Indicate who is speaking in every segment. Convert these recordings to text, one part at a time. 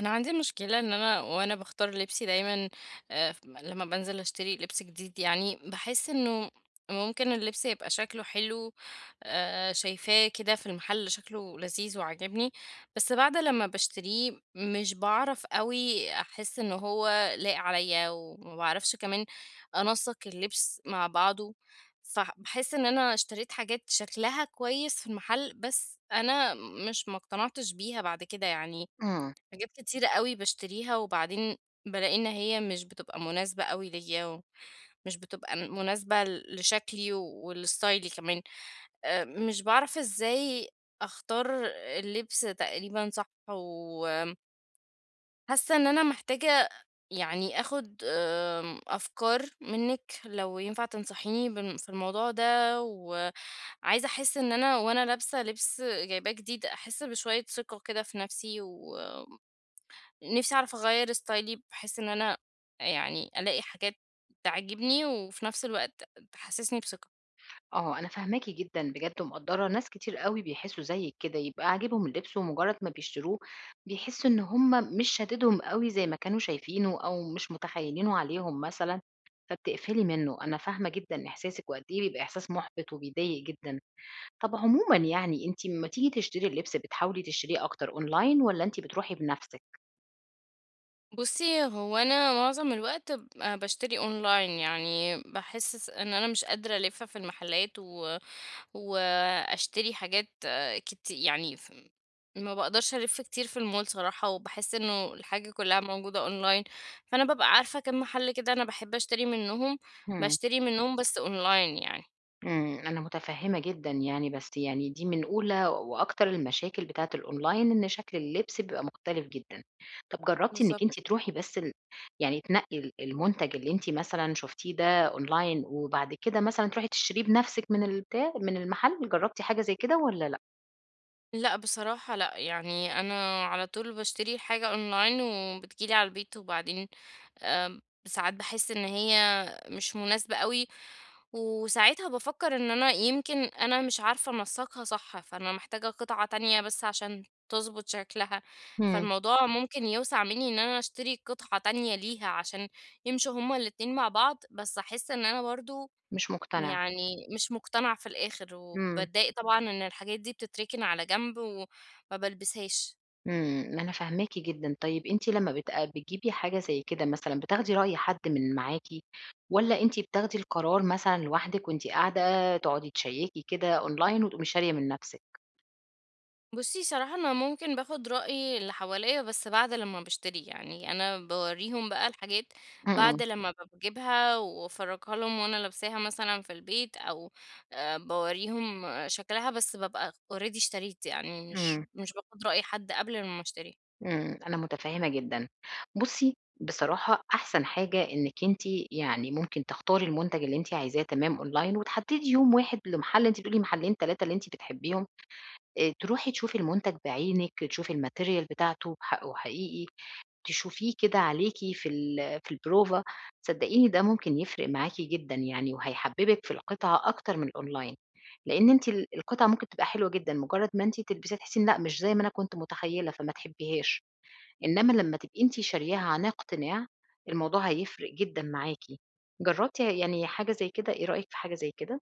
Speaker 1: انا عندي مشكله ان وانا بختار لبسي دايما. لما بنزل اشتري لبس جديد، يعني بحس انه ممكن اللبس يبقى شكله حلو. شايفاه كده في المحل شكله لذيذ وعاجبني، بس بعد لما بشتريه مش بعرف قوي احس ان هو لايق عليا، وما بعرفش كمان انسق اللبس مع بعضه. فبحس ان انا اشتريت حاجات شكلها كويس في المحل، بس انا مش مقتنعتش بيها بعد كده يعني.
Speaker 2: إمم،
Speaker 1: حاجات كتيرة أوي باشتريها، وبعدين بالاقي إن هي مش بتبقى مناسبة أوي ليّا، ومش بتبقى مناسبة لشكلي ولستايلي كمان. مش باعرف إزاي أختار اللبس تقريبا صح، وحاسة إن أنا محتاجة يعني آخُد أفكار منِّك، لو ينفع تنصحيني في الموضوع ده. وعايزة أحس إن أنا وأنا لابسة لبس جايباه جديد، أحس بشوية ثقة كده في نَفْسي، و نفسي أعرف أغيّر ستايلي بحيث إن أنا يعني ألاقي حاجات تعجبني وفي نفس الوقت تحسسني بثقة.
Speaker 2: آه، أنا فاهماكِ جدًا بجد ومقدّرة، ناس كتير أوي بيحسّوا زيِّك كده، يبقى عاجبهم اللبس ومجرّد ما بيشتروه بيحسّوا إن هم مش شاددهم أوي زي ما كانوا شايفينه أو مش متخيّلينه عليهم مثلًا، فبتقفلي منّه، أنا فاهمة جدًا إحساسِك وقد إيه بيبقى إحساس مُحبِط وبيضايق جدًا. طَب عمومًا يعني أنتِ أمّا تيجي تشتري اللبس بتحاولي تشتريه أكتر أونلاين والّا أنتِ بتروحي بنَفْسِك؟
Speaker 1: بُصّي، هو أنا معظم الوقت باشتري أونلاين. يعني باحس إن أنا مش قادرة ألِف في المحلات، وأشتري حاجات يعني ف ما باقدرش ألِف كتير في المول صراحة، وباحس إنه الحاجة كلّها موجودة أونلاين. فأنا بابقى عارفة كام محل كده أنا باحب أشتري منّهم،
Speaker 2: إمم.
Speaker 1: باشتري منّهم بس أونلاين يعني.
Speaker 2: إمم، أنا متفهمة جدًا يعني، بس يعني دي من أولى وأكتر المشاكل بتاعة الأونلاين إن شكل اللبس بيبقى مختلف جدًا. طب جربتِ إنِك
Speaker 1: بالضبط.
Speaker 2: أنتِ تروحي بس يعني تنقي المنتج اللي أنتِ مثلًا شُفتيه ده أونلاين، وبعد كده مثلًا تروحي تشتريه بنفسِك من المحل، جربتِ حاجة زي كده والّا لأ؟
Speaker 1: لأ بصراحة لأ، يعني أنا على طول باشتري الحاجة أونلاين وبتجيلي على البيت، وبعدين آمم، ساعات باحس إن هي مش مناسبة أوي. وساعتها بافكر إن أنا يمكن أنا مش عارفة أنسّقها صح، فأنا محتاجة قطعة تانية بس عشان تضبط شكلها.
Speaker 2: إمم،
Speaker 1: فالموضوع ممكن يوسع مني إن أنا أشتري قطعة تانية ليها عشان يمشوا هُم الاتنين مع بعض، بس أحس إن أنا برضه
Speaker 2: مش مقتنعة،
Speaker 1: يعني مش مقتنعة في الآخر.
Speaker 2: إمم.
Speaker 1: وباتضايق طبعًا إن الحاجات دي بتتركن على جنب وما بالبسهاش.
Speaker 2: إمم، أنا فاهماكِ جدًا، طيب أنتِ لمّا آه، بتجيبي حاجة زي كده مثلًا بتاخدي رأي حد من معاكِ، والّا أنتِ بتاخدي القرار مثلًا لوحدِك وأنتِ قاعدة تقعدي تشيّكي كده أونلاين وتقومي شارية من نفسِك؟
Speaker 1: بُصّي صراحة أنا ممكن باخد رأي اللي حواليّا بس بعد لمّا باشتري. يعني أنا باورّيهم بقى الحاجات بعد
Speaker 2: إمم،
Speaker 1: لمّا باجيبها وأفرّجها لهم وأنا لابساها مثلًا في البيت، أو باورّيهم شكلها. بس بابقى already اشتريت، يعني مش
Speaker 2: إمم،
Speaker 1: مش باخد رأي حد قبل لمّا اشتري.
Speaker 2: إمم، أنا متفهمة جدًا. بُصّي، بصراحة أحسن حاجة إنِّك أنتِ يعني ممكن تختاري المنتج اللي أنتِ عايزاه تمام أونلاين، وتحددي يوم واحد لمحل أنتِ بتقولي محلين 3 اللي أنتِ بتحبيهم، تروحي تشوفي المنتج بعينِك، تشوفي الmaterial بتاعته بحقه حقيقي، تشوفيه كده عليكِ في البروفة، صدقيني ده ممكن يفرق معاكِ جدًا يعني، وهيحببِك في القطعة أكتر من الأونلاين، لإن أنتِ القطعة ممكن تبقى حلوة جدًا، مجرد ما أنتِ تلبسيها تحسي إن لأ مش زي ما أنا كنت متخيلة، فما تحبيهاش، إنما لما تبقي أنتِ شارياها عن اقتناع، الموضوع هيفرق جدًا معاكِ. جربتِ يعني حاجة زي كده؟ إيه رأيِك في حاجة زي كده؟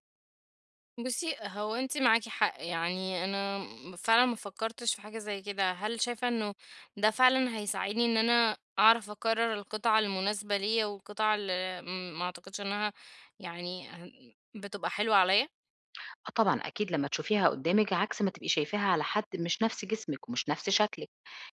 Speaker 1: بُصّي، هو أنتِ معاكِ حق. يعني أنا فعلًا ما فكّرتش في حاجة زي كده. هل شايفة إنه ده فعلًا هيساعدني إن أنا أعرف أقرّر القطعة المناسبة ليّا، والقطعة اللي ما أعتقدش إنها يعني بتبقى حلوة عليّا؟
Speaker 2: آه طبعًا أكيد لما تشوفيها قدامِك عكس ما تبقي شايفاها على حد مش نفس جسمِك ومش نفس شكلِك.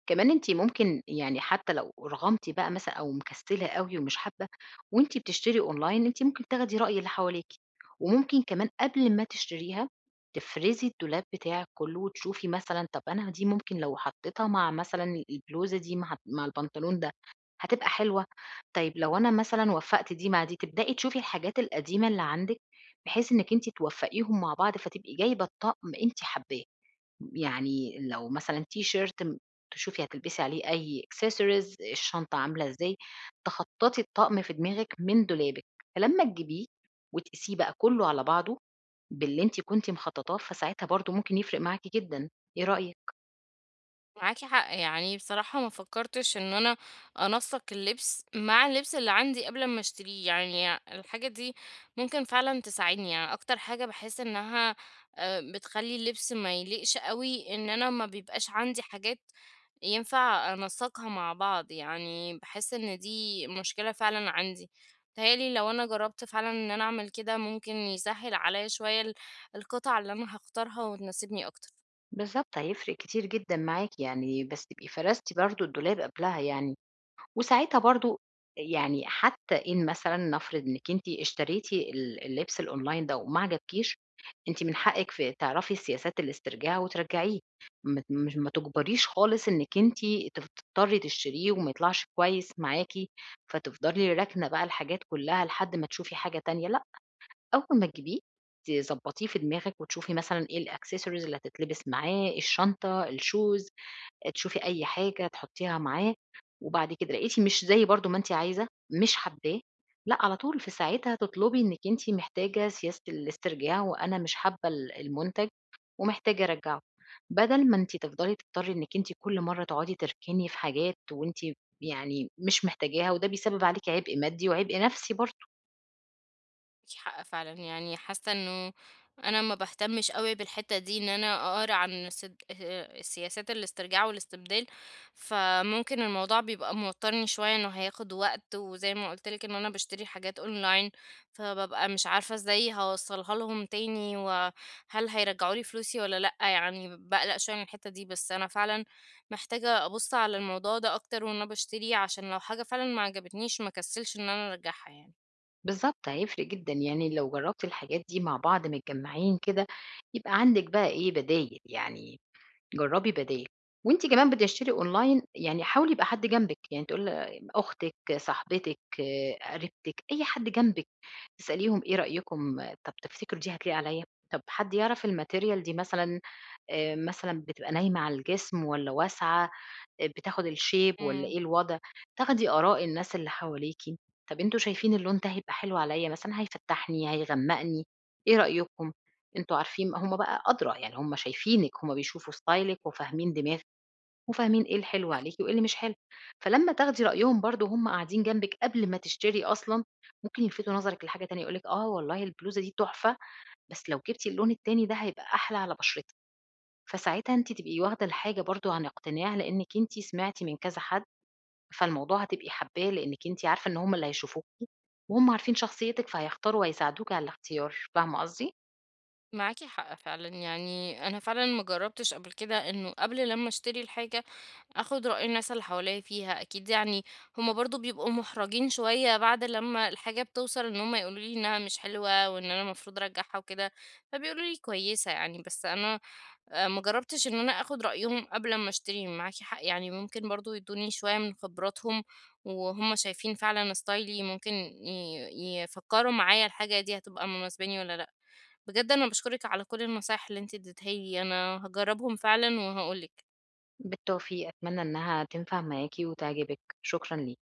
Speaker 2: كمان أنتِ ممكن يعني حتى لو رغمتِ بقى مثلًا أو مكسلة أوي ومش حابة، وأنتِ بتشتري أونلاين أنتِ ممكن تاخدي رأي اللي حواليكِ، وممكن كمان قبل ما تشتريها تفرزي الدولاب بتاعِك كله وتشوفي مثلًا طب أنا دي ممكن لو حطيتها مع مثلًا البلوزة دي مع البنطلون ده هتبقى حلوة، طيب لو أنا مثلًا وفّقت دي مع دي تبدئي تشوفي الحاجات القديمة اللي عندِك، بحيث إنِك أنتِ توفّقيهم مع بعض فتبقي جايبة الطقم أنتِ حاباه. يعني لو مثلًا تيشيرت تشوفي هتلبسي عليه أي accessories الشنطة عاملة إزاي، تخطّطي الطقم في دماغِك من دولابِك، فلمّا تجيبيه وتقيسيه بقى كلّه على بعضه باللي أنتِ كنتِ مخطّطاه، فساعتها برضه ممكن يفرق معاكِ جدًا، إيه رأيِك؟
Speaker 1: معاكِ حق، يعني بصراحة ما فكّرتش إن أنا أنسّق اللبس مع اللبس اللي عندي قبل أمّا أشتريه. يعني الحاجة دي ممكن فعلًا تساعدني. يعني أكتر حاجة باحس إنها بتخلّي اللبس ما يليقش أوي إن أنا ما بيبقاش عندي حاجات ينفع أنسّقها مع بعض. يعني باحس إن دي مشكلة فعلًا عندي. متهيأ لي لو أنا جرّبت فعلًا إن أنا أعمل كده، ممكن يسهّل عليّا شوية القطع اللي أنا هاختارها وتناسبني أكتر.
Speaker 2: بالضبط، هيفرق كتير جدًا معاكِ يعني، بس تبقي فرزتِ برضه الدولاب قبلها يعني. وساعتها برضه يعني حتى إن مثلًا نفرض إنِّك أنتِ اشتريتِ اللبس الأونلاين ده وما عجبكيش، أنتِ من حقِّك في تعرفي سياسات الاسترجاع وترجعيه، ما ت مش ما تُجبريش خالص إنِّك أنتِ تف تضطري تشتريه وما يطلعش كويس معاكِ، فتفضلي راكنة بقى الحاجات كلّها لحد ما تشوفي حاجة تانية، لأ، أول ما تجيبيه تضبّطيه في دماغِك وتشوفي مثلًا إيه الaccessories اللي هتتلبس معاه، الشنطة، الshoes تشوفي أي حاجة تحطّيها معاه، وبعد كده لقيتِ مش زي برضه ما أنتِ عايزة، مش حابّاه، لأ على طول في ساعتها تطلبي إنِّك أنتِ محتاجة سياسة الاسترجاع وأنا مش حابّة المنتج ومحتاجة أرجّعه، بدل ما أنتِ تفضلي تضطرّي إنِّك أنتِ كل مرّة تقعدي تركني في حاجات وأنتِ يعني مش محتاجاها، وده بيسبب عليكِ عبء مادي وعبء نفسي برضه،
Speaker 1: معاكِ حق فعلًا. يعني حاسة إنه أنا ما باهتمش أوي بالحتّة دي إن أنا أقرا عن سد سياسات الاسترجاع والاستبدال. فممكن الموضوع بيبقى موتّرني شوية إنه هياخد وقت، وزي ما قُلت لِك إن أنا باشتري حاجات online، فبابقى مش عارفة إزاي هاوصّلها لهم تاني، وهل هيرجعوا لي فلوسي والّا لأ. يعني باقلق شوية من الحتّة دي، بس أنا فعلًا محتاجة أبُص على الموضوع ده أكتر، وإن أنا باشتري عشان لو حاجة فعلًا ما عجبتنيش ما اكسّلش إن أنا أرجّعها يعني.
Speaker 2: بالضبط هيفرق جدًا يعني لو جرّبتِ الحاجات دي مع بعض متجمّعين كده، يبقى عندِك بقى إيه بدايل يعني جرّبي بدايل، وأنتِ كمان بتشتري أونلاين يعني حاولي يبقى حد جنبِك، يعني تقول أختِك، صاحبتِك، قريبتِك، أي حد جنبِك، تسأليهم إيه رأيكم طَب تفتكروا دي هتليق عليَّ؟ طَب حد يعرف الmaterial دي مثلًا مثلًا بتبقى نايمة على الجسم والّا واسعة؟ بتاخد الshape والّا
Speaker 1: إمم.
Speaker 2: إيه الوضع، تاخدي آراء الناس اللي حواليكِ، طَب أنتم شايفين اللون ده هيبقى حلو عليَّ مثلًا هيفتّحني، هيغمّقني، إيه رأيكم؟ أنتم عارفين هم بقى أدرى، يعني هم شايفينِك، هم بيشوفوا ستايلِك وفاهمين دماغِك وفاهمين إيه الحلو عليكِ وإيه اللي مش حلو، فلمّا تاخدي رأيهم برضه وهم قاعدين جنبِك قبل ما تشتري أصلًا، ممكن يلفتوا نظرِك لحاجة تانية يقولوا لِك آه والله البلوزة دي تحفة، بس لو جبتِ اللون التاني ده هيبقى أحلى على بشرتِك، فساعتها أنتِ تبقي واخدة الحاجة برضه عن اقتناع لإنِّك أنتِ سمعتِ من كذا حد فالموضوع هتبقي حابّاه لإنِّك أنتِ عارفة إن هُم اللي هيشوفوكِ، وهُم عارفين شخصيتِك فهيختاروا وهيساعدوكِ على الاختيار، فاهمة قصدي؟
Speaker 1: معاكي حق فعلا. يعني انا فعلا ما جربتش قبل كده انه قبل لما اشتري الحاجه اخد راي الناس اللي حواليا فيها. اكيد يعني هما برضو بيبقوا محرجين شويه بعد لما الحاجه بتوصل ان هما يقولوا لي انها مش حلوه وان انا المفروض ارجعها وكده، فبيقولوا لي كويسه يعني. بس انا ما جربتش ان انا اخد رايهم قبل ما اشتري. معاكي حق، يعني ممكن برضو يدوني شويه من خبراتهم وهم شايفين فعلا ستايلي، ممكن يفكروا معايا الحاجه دي هتبقى مناسباني ولا لا. بجد أنا باشكرِك على كل النصايح اللي أنتِ اديتيها لي، أنا هاجرّبهم فعلًا وهاقول لِك.
Speaker 2: بالتوفيق، أتمنى إنها تنفع معاكِ وتعجبِك، شكرًا ليكِ.